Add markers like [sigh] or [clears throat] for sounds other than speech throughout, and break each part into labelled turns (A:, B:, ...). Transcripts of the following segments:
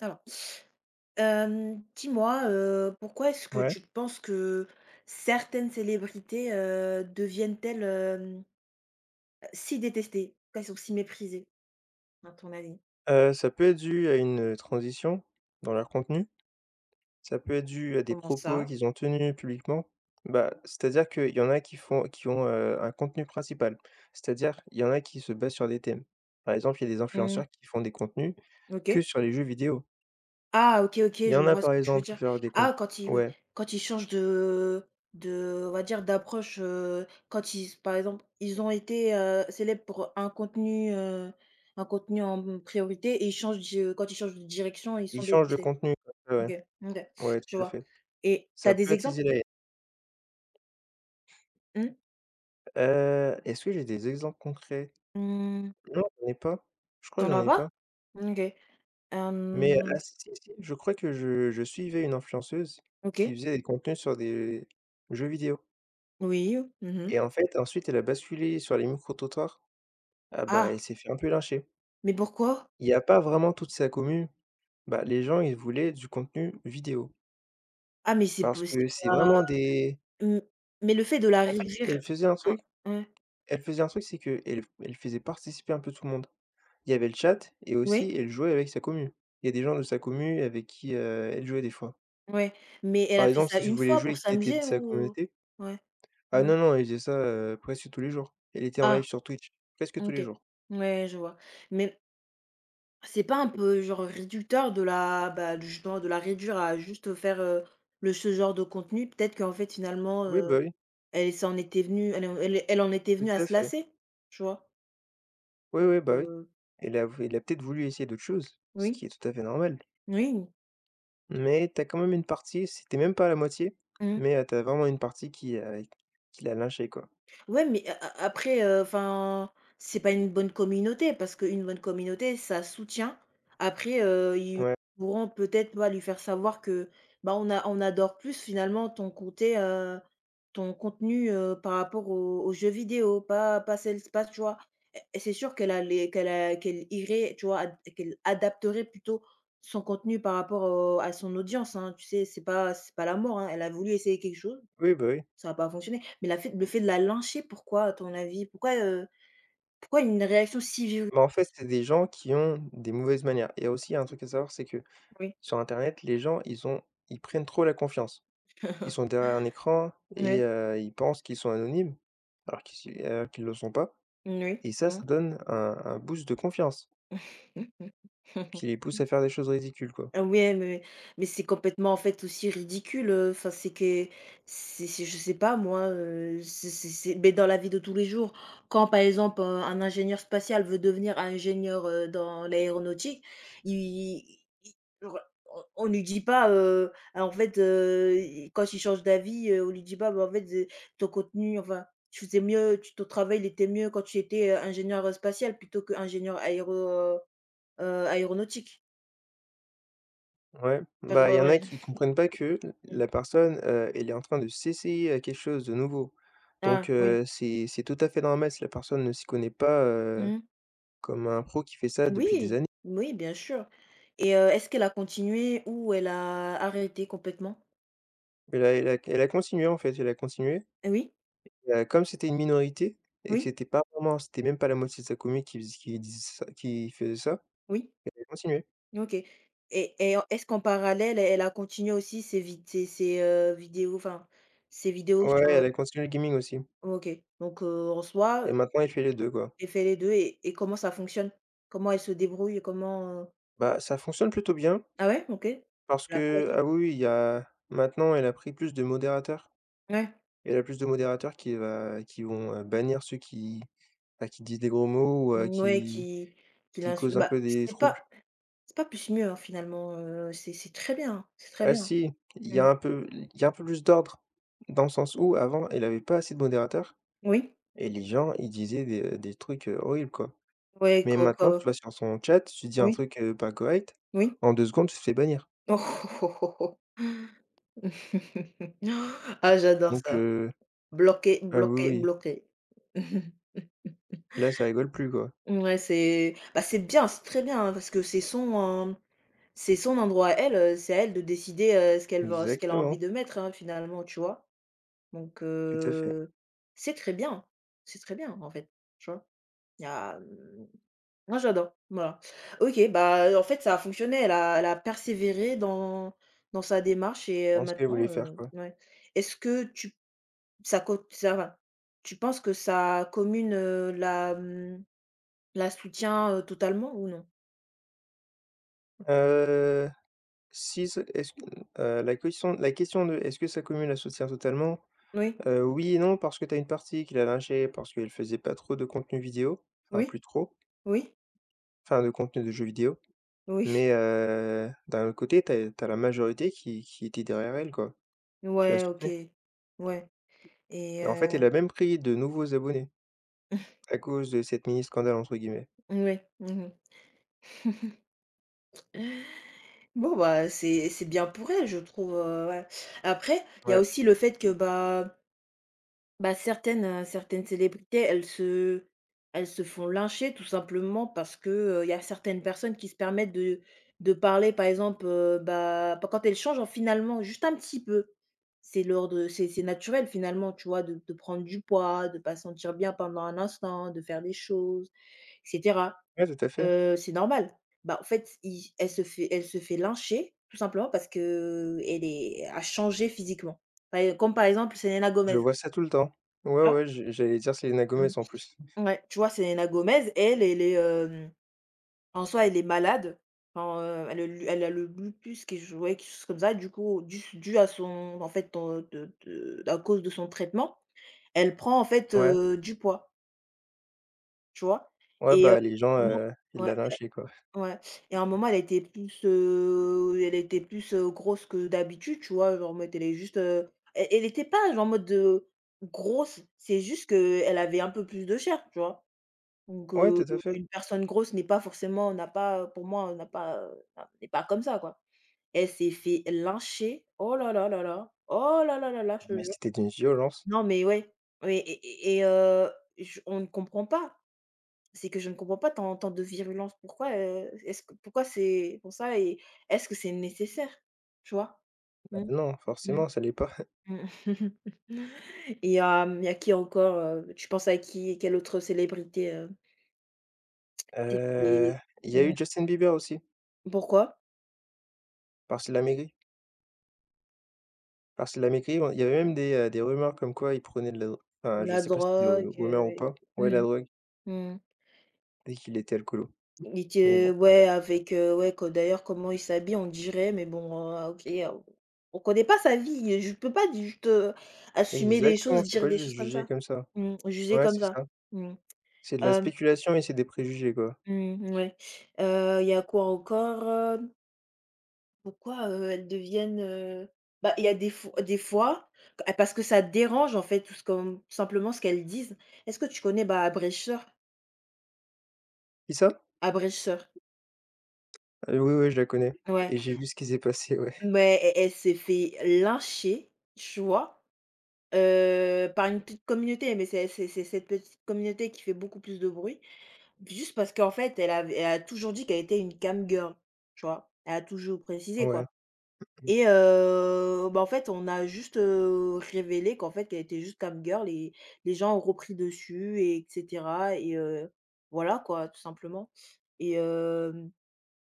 A: Alors, dis-moi, pourquoi est-ce que
B: Ouais,
A: tu penses que certaines célébrités, deviennent-elles, si détestées? Pourquoi elles sont si méprisées, à ton avis?
B: ça peut être dû à une transition dans leur contenu. Ça peut être dû à des
A: Comment
B: propos
A: ça?
B: qu'ils ont tenus publiquement. Bah, c'est-à-dire qu'il y en a qui ont un contenu principal. C'est-à-dire, il y en a qui se basent sur des thèmes. Par exemple, il y a des
A: Mmh,
B: influenceurs qui font des contenus
A: OK.
B: que sur les jeux vidéo.
A: Ah, OK, OK,
B: Il y
A: je
B: en a,
A: vois ce
B: par
A: que tu veux
B: exemple, qui
A: dire.
B: font des conte
A: Ah quand ils, oui,
B: ouais,
A: quand ils changent de on va dire d'approche, quand ils par exemple, ils ont été, célèbres pour un contenu en priorité et ils changent de quand ils changent de direction, ils
B: ils
A: sont
B: changent de
A: détestés.
B: contenu, ouais.
A: OK, OK,
B: Ouais,
A: je
B: tout à
A: vois,
B: fait.
A: et tu
B: Ça
A: as
B: peut
A: des exemples?
B: attiser la haine.
A: Mmh?
B: Est-ce que j'ai des exemples concrets?
A: Mmh,
B: Non, j'en ai pas. Je crois
A: tu
B: que
A: en
B: j'en
A: as
B: ai
A: pas?
B: pas.
A: OK,
B: Mais ah
A: hem,
B: si, si, si, je crois que je suivais une influenceuse qui
A: OK,
B: faisait des contenus sur des jeux vidéo
A: oui, mmh mh.
B: et en fait, ensuite, elle a basculé sur les micro-trottoirs. Ah bah, elle
A: Ah,
B: s'est fait un peu lyncher.
A: mais pourquoi?
B: Il y a pas vraiment toute sa commu, bah, les gens, ils voulaient du contenu vidéo
A: Ah, mais c'est
B: parce
A: possible,
B: que c'est
A: bah,
B: vraiment des
A: mmh, mais le fait de la
B: en fait,
A: réduire, hein, hein,
B: elle faisait un truc, c'est que elle faisait participer un peu tout le monde. Il y avait le chat et aussi,
A: oui,
B: elle jouait avec sa commu. Il y a des gens de sa commu avec qui elle jouait des fois.
A: ouais, mais elle
B: Par
A: a fait
B: exemple,
A: ça
B: si tu
A: une
B: voulais
A: fois
B: jouer
A: pour
B: et que tu étais de
A: s'amuser
B: sa
A: ou
B: communauté.
A: ouais,
B: Ah
A: non?
B: non, non, il faisait ça, presque tous les jours. Il était en live
A: Ah,
B: sur Twitch, presque tous
A: OK,
B: les jours.
A: ouais, je vois, mais c'est pas un peu genre réducteur de la, bah, de justement de la réduire à juste faire, le ce genre de contenu? Peut-être qu'en fait finalement,
B: Oui, bah, oui,
A: elle en était
B: tout
A: venue à
B: à
A: se
B: fait.
A: lasser, tu vois?
B: Oui,
A: Donc,
B: oui, bah, oui. Il a peut-être voulu essayer d'autres choses, ce
A: oui,
B: qui est tout à fait normal,
A: oui,
B: mais tu as quand même une partie, c'était même pas à la moitié,
A: mmh.
B: mais tu as vraiment une partie qui l'a lynché, quoi.
A: Ouais, mais a a après, enfin, c'est pas une bonne communauté parce qu'une bonne communauté, ça soutient. Après, ils
B: Ouais.
A: pourront peut-être, bah, lui faire savoir que, bah, on adore plus finalement ton côté, ton contenu, par rapport aux jeux vidéo, pas pas celle pas tu vois? Et c'est sûr qu'elle irait, tu vois, ad qu'elle adapterait plutôt son contenu par rapport, à son audience, hein. Tu sais, c'est pas la mort, hein. Elle a voulu essayer quelque chose,
B: Oui, bah, oui.
A: ça a pas fonctionné. Mais la fait le fait de la lyncher, pourquoi à ton avis? Pourquoi une réaction si violente?
B: Mais en fait, c'est des gens qui ont des mauvaises manières et aussi, il y a un truc à savoir, c'est que
A: Oui.
B: sur internet, les gens, ils prennent trop la confiance. Ils sont
A: [laughs]
B: derrière un écran et
A: Oui,
B: ils pensent qu'ils sont anonymes alors qu'ils le sont pas.
A: oui.
B: Et ça,
A: Mmh.
B: ça donne un boost de confiance
A: [laughs]
B: qui les pousse à faire des choses ridicules, quoi.
A: Ah ouais, mais c'est complètement, en fait, aussi ridicule, enfin, c'est je sais pas moi, c'est mais dans la vie de tous les jours, quand, par exemple, un ingénieur spatial veut devenir ingénieur, dans l'aéronautique, il i re on lui dit pas, ah, en fait, i quand il change d'avis, on lui dit pas: «Bah, en fait, ton contenu, enfin, tu faisais mieux, tu ton travail, il était mieux quand tu étais, ingénieur spatial plutôt que ingénieur aéronautique».
B: Ouais,
A: Enfin, je
B: bah, il
A: vois?
B: y en a qui
A: Bref.
B: comprennent pas que la personne elle est en train de s'essayer à quelque chose de nouveau. Donc
A: Ah oui.
B: c'est tout à fait normal si la personne ne s'y connaît pas
A: Mmh.
B: comme un pro qui fait ça depuis des
A: Oui,
B: années.
A: oui, bien sûr, et est-ce qu'elle a continué ou elle a arrêté complètement?
B: Elle a continué, en fait, elle a continué.
A: Oui,
B: Comme c'était une minorité et que
A: oui,
B: c'était même pas la moitié de sa commune qui faisait ça,
A: oui,
B: elle a continué.
A: OK, et en est-ce qu'en parallèle, elle a continué aussi ses vid ses ses, vidéos, enfin, ses
B: Ouais,
A: vidéos
B: ouais,
A: sur,
B: elle a continué le gaming aussi
A: OK, donc en
B: et
A: soi,
B: maintenant elle fait les 2 quoi.
A: elle fait les deux, et comment ça fonctionne? Comment elle se débrouille? Et comment, heu,
B: Bah, ça fonctionne plutôt bien
A: ah ouais? OK.
B: parce
A: Elle a pas
B: que
A: lâché.
B: ah oui, oui, il y a maintenant elle a pris plus de modérateurs.
A: Ouais,
B: Elle a plus de modérateurs qui vont, bannir ceux bah, qui disent des gros mots ou,
A: mmh, ouais,
B: qui
A: qui
B: qui causent
A: l'insulte.
B: un peu des troubles.
A: C'est pas plus mieux, hein, finalement, c'est très bien, hein, c'est très
B: Ah
A: bien.
B: si,
A: Mmh.
B: il y a un peu plus d'ordre dans le sens où avant elle avait pas assez de modérateurs.
A: Oui,
B: Et les gens, ils disaient des trucs, horribles, quoi.
A: ouais,
B: Mais
A: co co
B: maintenant, tu vas sur son chat, tu dis un
A: oui,
B: truc pas correct,
A: oui.
B: en 2 secondes, tu te fais bannir.
A: [laughs] Oh, oh, oh, oh, oh. Ah, j'adore
B: Donc
A: ça. Bloquer,
B: ah oui,
A: bloquer,
B: oui,
A: bloquer. [laughs]
B: là, ça rigole plus, quoi.
A: Ouais, c'est bah, c'est bien, c'est très bien, hein, parce que c'est son, endroit à elle, c'est à elle de décider, ce qu'elle a
B: Exactement,
A: envie de mettre, hein, finalement, tu vois? Donc
B: tout à fait.
A: c'est très bien, c'est très bien, en fait, tu vois? Il y a, mmh. Moi, j'adore, voilà. OK, bah, en fait, ça a fonctionné. Elle a persévéré dans sa démarche, et
B: Je pense qu'elle
A: maintenant,
B: voulait faire quoi?
A: ouais. Est-ce que tu ça va, tu penses que sa commune, la soutient, totalement ou non?
B: Heu, si ce est-ce que, la question de: «Est-ce que sa commune la soutient totalement?»
A: Oui,
B: Oui et non, parce que tu as une partie qui l'a lynchée parce qu'elle faisait pas trop de contenu vidéo, enfin
A: oui,
B: plus trop,
A: oui,
B: enfin de contenu de jeux vidéo.
A: oui,
B: Mais d'un autre côté, t'as as la majorité qui était derrière elle, quoi, qui la
A: ouais, OK,
B: soutenait.
A: ouais, et
B: Et en fait, elle a même pris de nouveaux abonnés à cause de cette mini scandale, entre guillemets.
A: oui, mmh. [laughs] Bon, bah, c'est bien pour elle, je trouve, ouais. Après, il y a
B: Ouais,
A: aussi le fait que, bah, certaines, certaines célébrités, elles se font lyncher tout simplement parce que il y a certaines personnes qui se permettent de parler, par exemple, bah, pas quand elles changent, hein, finalement juste un petit peu. C'est leur de c'est naturel finalement, tu vois? De prendre du poids, de pas se sentir bien pendant un instant, de faire des choses, et cetera.
B: ouais, tout à fait.
A: C'est normal. Bah, en fait, i elle se fait lyncher tout simplement parce que elle est a changé physiquement. Par e comme par exemple Selena
B: Je
A: Gomez,
B: vois ça tout le temps. Ouais,
A: tu vois?
B: ouais, je j'allais dire Selena Gomez, en plus.
A: Ouais, tu vois, Selena Gomez, elle est, en soi, elle est malade. Enfin, elle a le lupus qui je, ouais, quelque chose comme ça. Du coup, dû à son en fait, ton de à cause de son traitement, elle prend, en fait,
B: Ouais,
A: du poids, tu vois?
B: ouais,
A: Et
B: bah, les gens
A: ouais,
B: ils la
A: ouais,
B: lynchaient, quoi.
A: ouais, et à un moment, elle était plus, grosse que d'habitude, tu vois? Genre, en mode, elle est juste, elle était pas, genre, en mode, de grosse, c'est juste que elle avait un peu plus de chair, tu vois? Donc
B: Ouais, tout à fait.
A: une personne grosse n'a pas pour moi, n'a pas, n'est pas comme ça, quoi. Elle s'est fait lyncher. Oh là là là là. Oh là là là là, je te
B: Mais
A: jure.
B: c'était d'une violence.
A: Non, mais ouais, oui, et et heu, je on ne comprend pas. C'est que je ne comprends pas tant de virulence. Pourquoi, est-ce que pourquoi c'est pour ça, et est-ce que c'est nécessaire? Tu vois?
B: Bah,
A: Mmh.
B: non,
A: Mmh.
B: forcément, ça l'est pas. [laughs]
A: Mmh. [laughs] Et il y a qui encore, heu? Tu penses à qui? Quelle autre célébrité, s'est
B: Heu,
A: fait,
B: il y a eu
A: mmh,
B: Justin Bieber aussi,
A: pourquoi?
B: parce qu'il a maigri. Parce qu'il l'a mécrit, ouais, il y avait même des rumeurs comme quoi il prenait de la dro enfin, je
A: La
B: sais pas si c'est des ru
A: drogue,
B: rumeurs
A: heu,
B: ou
A: et
B: pas. Ouais, la
A: mmh.
B: drogue
A: Mmh.
B: dès qu'il était alcoolo,
A: Et
B: mais
A: que,
B: bon.
A: ouais, avec, ouais, que d'ailleurs comment il s'habille, on dirait, mais bon, OK, on connaît pas sa vie, je peux pas juste, assumer des
B: Exactement,
A: choses,
B: tu peux
A: dire
B: pas
A: des
B: juste
A: choses comme
B: juger
A: ça.
B: comme ça.
A: Mmh, juger
B: Ouais,
A: comme
B: c'est ça.
A: ça. Mmh.
B: C'est de la
A: Hem,
B: spéculation et c'est des préjugés, quoi.
A: mmh, ouais. Il y a quoi encore, heu? Pourquoi, elles deviennent, heu, bah, il y a des fois, q parce que ça dérange en fait tout simplement ce qu'elles disent. Est-ce que tu connais, bah, Abrecheur?
B: Qui ça?
A: Abrecheur.
B: Oui, oui, je la connais
A: Ouais.
B: et j'ai vu ce qui s'est passé, ouais.
A: Mais elle s'est fait lyncher, tu vois? Par une petite communauté, mais c'est cette petite communauté qui fait beaucoup plus de bruit, juste parce qu'en fait, elle a toujours dit qu'elle était une cam girl, tu vois? Elle a toujours
B: [laughs]
A: précisé,
B: Ouais.
A: quoi, et bah, en fait, on a juste, révélé qu'en fait, qu'elle était juste cam girl, et les gens ont repris dessus, et etc., et voilà, quoi, tout simplement, et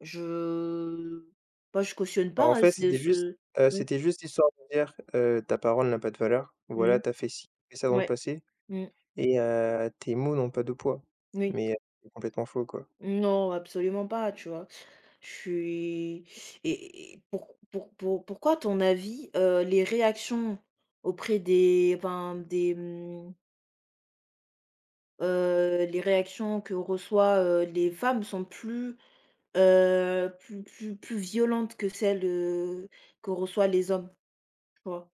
A: je bah, je cautionne
B: Alors en
A: pas, hein,
B: fait,
A: c'est ce, oui.
B: c'était juste histoire de dire: «Ta parole n'a pas de valeur. Voilà,
A: Mmh.
B: t'as fait ci, tu fait ça dans le
A: Ouais,
B: passé
A: mmh,
B: et tes mots n'ont pas de poids».
A: oui.
B: Mais c'est complètement faux, quoi.
A: Non, absolument pas, tu vois? Je suis pourquoi à ton avis, les réactions auprès des enfin des, mmh, les réactions que reçoit, les femmes sont plus, plus violentes que celles, que reçoit les hommes, tu vois?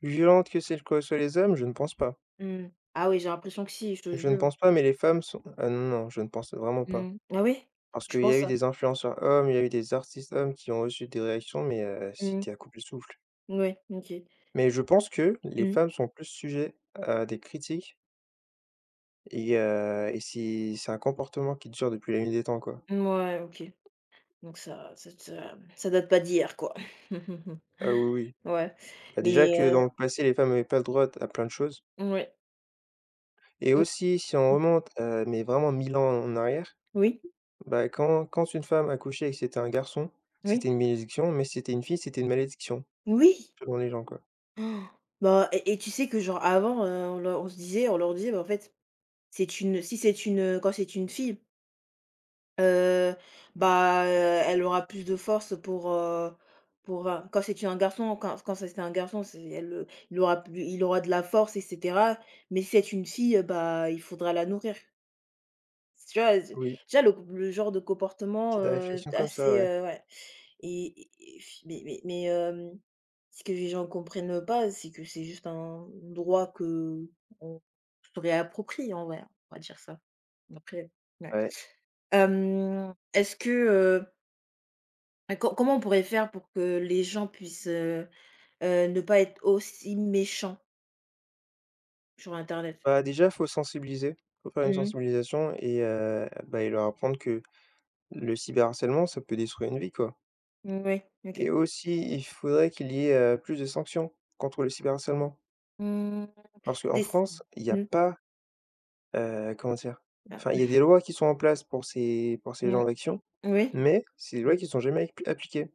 B: Plus violentes que celles que reçoivent les hommes? Je ne pense pas.
A: Mmh. Ah oui, j'ai l'impression que si, je te
B: Je ne
A: jure.
B: pense pas, mais les femmes sont ah non, non, je ne pense vraiment pas.
A: Mmh. Ah oui?
B: Parce
A: Je
B: qu'il y a
A: pense
B: eu
A: ça?
B: des influenceurs hommes, il y a eu des artistes hommes qui ont reçu des réactions, mais
A: Mmh.
B: c'était à couper le souffle.
A: Ouais, OK.
B: Mais je pense que les
A: Mmh.
B: femmes sont plus sujets à des critiques et c'est un comportement qui dure depuis la nuit des temps, quoi.
A: Mouais, OK. Donc ça date pas d'hier, quoi. [laughs]
B: Ah oui, oui.
A: Ouais,
B: Bah, déjà
A: mais
B: que dans le passé, les femmes n'avaient pas le droit à plein de choses
A: ouais.
B: et aussi si on remonte mais vraiment 1 000 ans en arrière,
A: Oui,
B: bah, quand une femme accouchait et que c'était un garçon, c'était
A: oui,
B: une bénédiction, mais si c'était une fille, c'était une malédiction,
A: oui!
B: selon les gens, quoi.
A: Oh, bah, et tu sais que, genre, avant, on leur disait: «Bah, en fait, c'est une si c'est une, quand c'est une fille, heu, bah, elle aura plus de force pour, pour, enfin, quand c'est un garçon, il aura de la force, et cetera. Mais si c'est une fille, bah, il faudra la nourrir». Tu vois, d
B: Oui,
A: déjà le genre de
B: c'est
A: comportement,
B: de la réflexion comme ça,
A: assez,
B: ouais.
A: ouais, et f mais, ce que les gens ne comprennent pas, c'est que c'est juste un droit qu'on se réapproprie en vrai, on va dire ça. Après, ouais.
B: Ouais.
A: Est-ce que, ah, comment on pourrait faire pour que les gens puissent, ne pas être aussi méchants sur internet?
B: Bah, déjà, faut sensibiliser, faut faire une
A: Mmh mh.
B: sensibilisation et et leur apprendre que le cyberharcèlement, ça peut détruire une vie, quoi
A: OK.
B: et aussi, il faudrait qu'il y ait plus de sanctions contre le cyberharcèlement
A: Mmh,
B: parce qu'en
A: des s
B: France, il y a
A: mmh,
B: pas comment dire? Enfin,
A: ah,
B: il y a des lois qui sont en place pour ces
A: mmh,
B: genres d'action,
A: oui.
B: mais c'est des
A: Mmh.
B: lois qui sont jamais ap appliquées.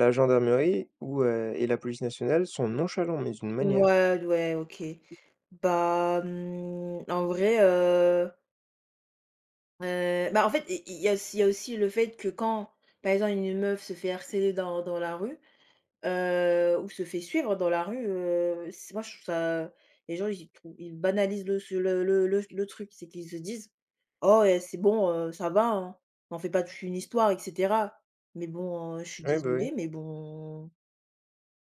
B: La gendarmerie ou et la police nationale sont nonchalants, mais d'une manière.
A: Ouais, ouais, OK. Bah, mmh, en vrai, bah, en fait, i il y a aussi le fait que quand, par exemple, une meuf se fait harceler dans la rue, ou se fait suivre dans la rue, c'est moi, je trouve ça, les gens, ils banalisent le su le truc. C'est qu'ils se disent: «Oh, et c'est bon, ça va, hein, n'en fais pas toute une histoire, et cetera». Mais bon, je suis
B: Oui, bah, oui
A: désolée, mais bon,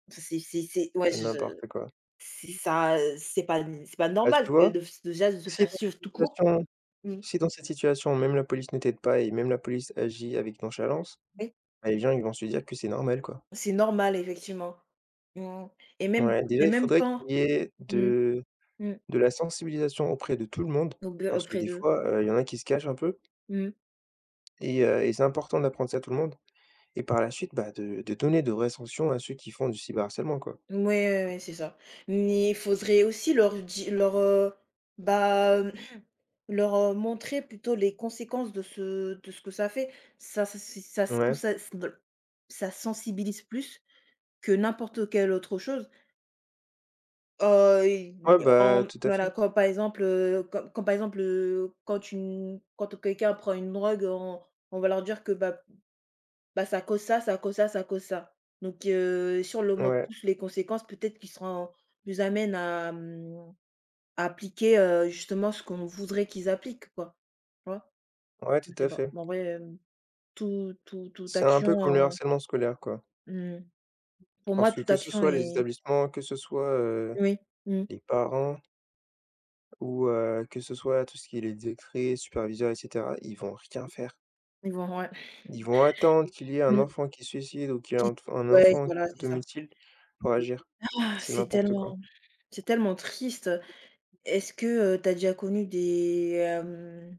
A: c'est ouais,
B: et
A: je
B: n'importe quoi.
A: c'est ça, c'est pas
B: Bah,
A: normal
B: tu
A: que
B: vois?
A: de f déjà de se
B: Si
A: faire
B: dans une
A: suivre tout court.
B: situation
A: Mmh,
B: Si dans cette situation, même la police ne t'aide pas et même la police agit avec nonchalance,
A: oui,
B: bah, les gens, ils vont se dire que c'est normal, quoi.
A: c'est normal effectivement. Mmh, et même
B: Ouais, déjà, il faudrait
A: quand,
B: qu'il y ait
A: mmh,
B: de
A: mmh,
B: de la sensibilisation auprès de tout le monde
A: aub
B: parce que
A: auprès
B: des
A: d'eux.
B: fois il y en a qui se cachent un peu
A: Mmh.
B: et c'est important d'apprendre ça à tout le monde et par la suite, bah, de donner de vraies sanctions à ceux qui font du cyberharcèlement, quoi.
A: Ouais, ouais, ouais, c'est ça. Mais il faudrait aussi leur, bah, [clears throat] leur, montrer plutôt les conséquences de ce que ça fait. Ça ça c'est ça sens
B: Ouais.
A: ça ça sensibilise plus que n'importe quelle autre chose.
B: Ouais,
A: Il
B: bah,
A: en
B: tout à fait.
A: voilà, quand, par exemple, quand quelqu'un prend une drogue, on va leur dire que, bah, ça cause ça, ça cause ça, ça cause ça. Donc si on leur
B: Ouais.
A: tous les conséquences, peut-être qu'ils seront plus amènent à, mmh, à appliquer, justement ce qu'on voudrait qu'ils appliquent, quoi. Tu vois?
B: Ouais,
A: Je
B: tout
A: sais
B: à
A: pas.
B: fait.
A: Mais en vrai, toute
B: C'est un
A: action,
B: peu comme le
A: heu,
B: harcèlement scolaire, quoi.
A: mmh, pour moi
B: Parce que
A: toute
B: que ce
A: action
B: soit les
A: est,
B: établissements, que ce soit
A: oui, mmh,
B: les parents ou que ce soit tout ce qui est les directrices, superviseurs et cetera, ils vont rien faire.
A: ils vont, ouais,
B: Ils vont attendre qu'il y ait un
A: mmh,
B: enfant qui se suicide ou qu'il y ait
A: qui,
B: un
A: ouais,
B: enfant qui
A: voilà, c'est ça.
B: s'automutile pour agir.
A: Ah,
B: C'est n'importe quoi.
A: c'est tellement triste. Est-ce que, tu as déjà connu des,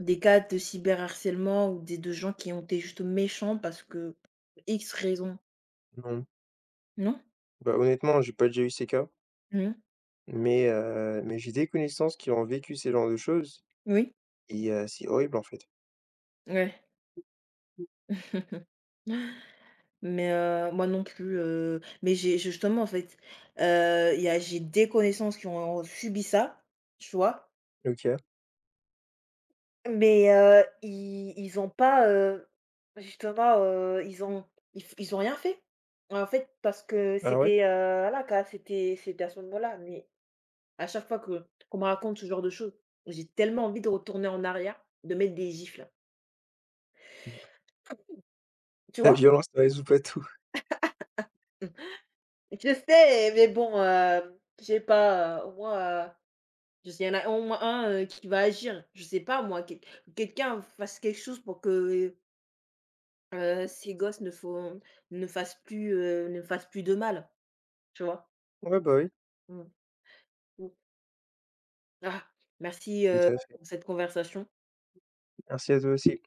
A: des cas de cyberharcèlement ou des de gens qui ont été juste méchants parce que X raison?
B: Non.
A: Non?
B: Bah, honnêtement, j'ai pas déjà eu ces cas,
A: Mmh.
B: mais j'ai des connaissances qui ont vécu ces genres de choses
A: Oui?
B: et c'est horrible, en fait.
A: Ouais. [laughs] Mais, moi non plus, mais j'ai justement, en fait, il y a j'ai des connaissances qui ont subi ça, tu vois?
B: OK.
A: Mais i ils ont pas, justement, ils ont rien fait. En fait, parce que
B: Ah ouais?
A: c'était, voilà quoi, c'était à ce moment-là. Mais à chaque fois que qu'on me raconte ce genre de choses, j'ai tellement envie de retourner en arrière, de mettre des gifles. Tu
B: La
A: vois?
B: violence ne résout pas tout.
A: Mmh. [laughs] Je sais, mais bon, je sais pas, au moins, je sais il y en a au moins un, qui va agir. Je sais pas moi, quelqu'un fasse quelque chose pour que. Ces gosses ne fassent plus de mal, tu vois?
B: Ouais, bah, oui,
A: Mmh. Mmh. Ah! Merci,
B: tout à fait.
A: pour cette conversation.
B: Merci à toi aussi.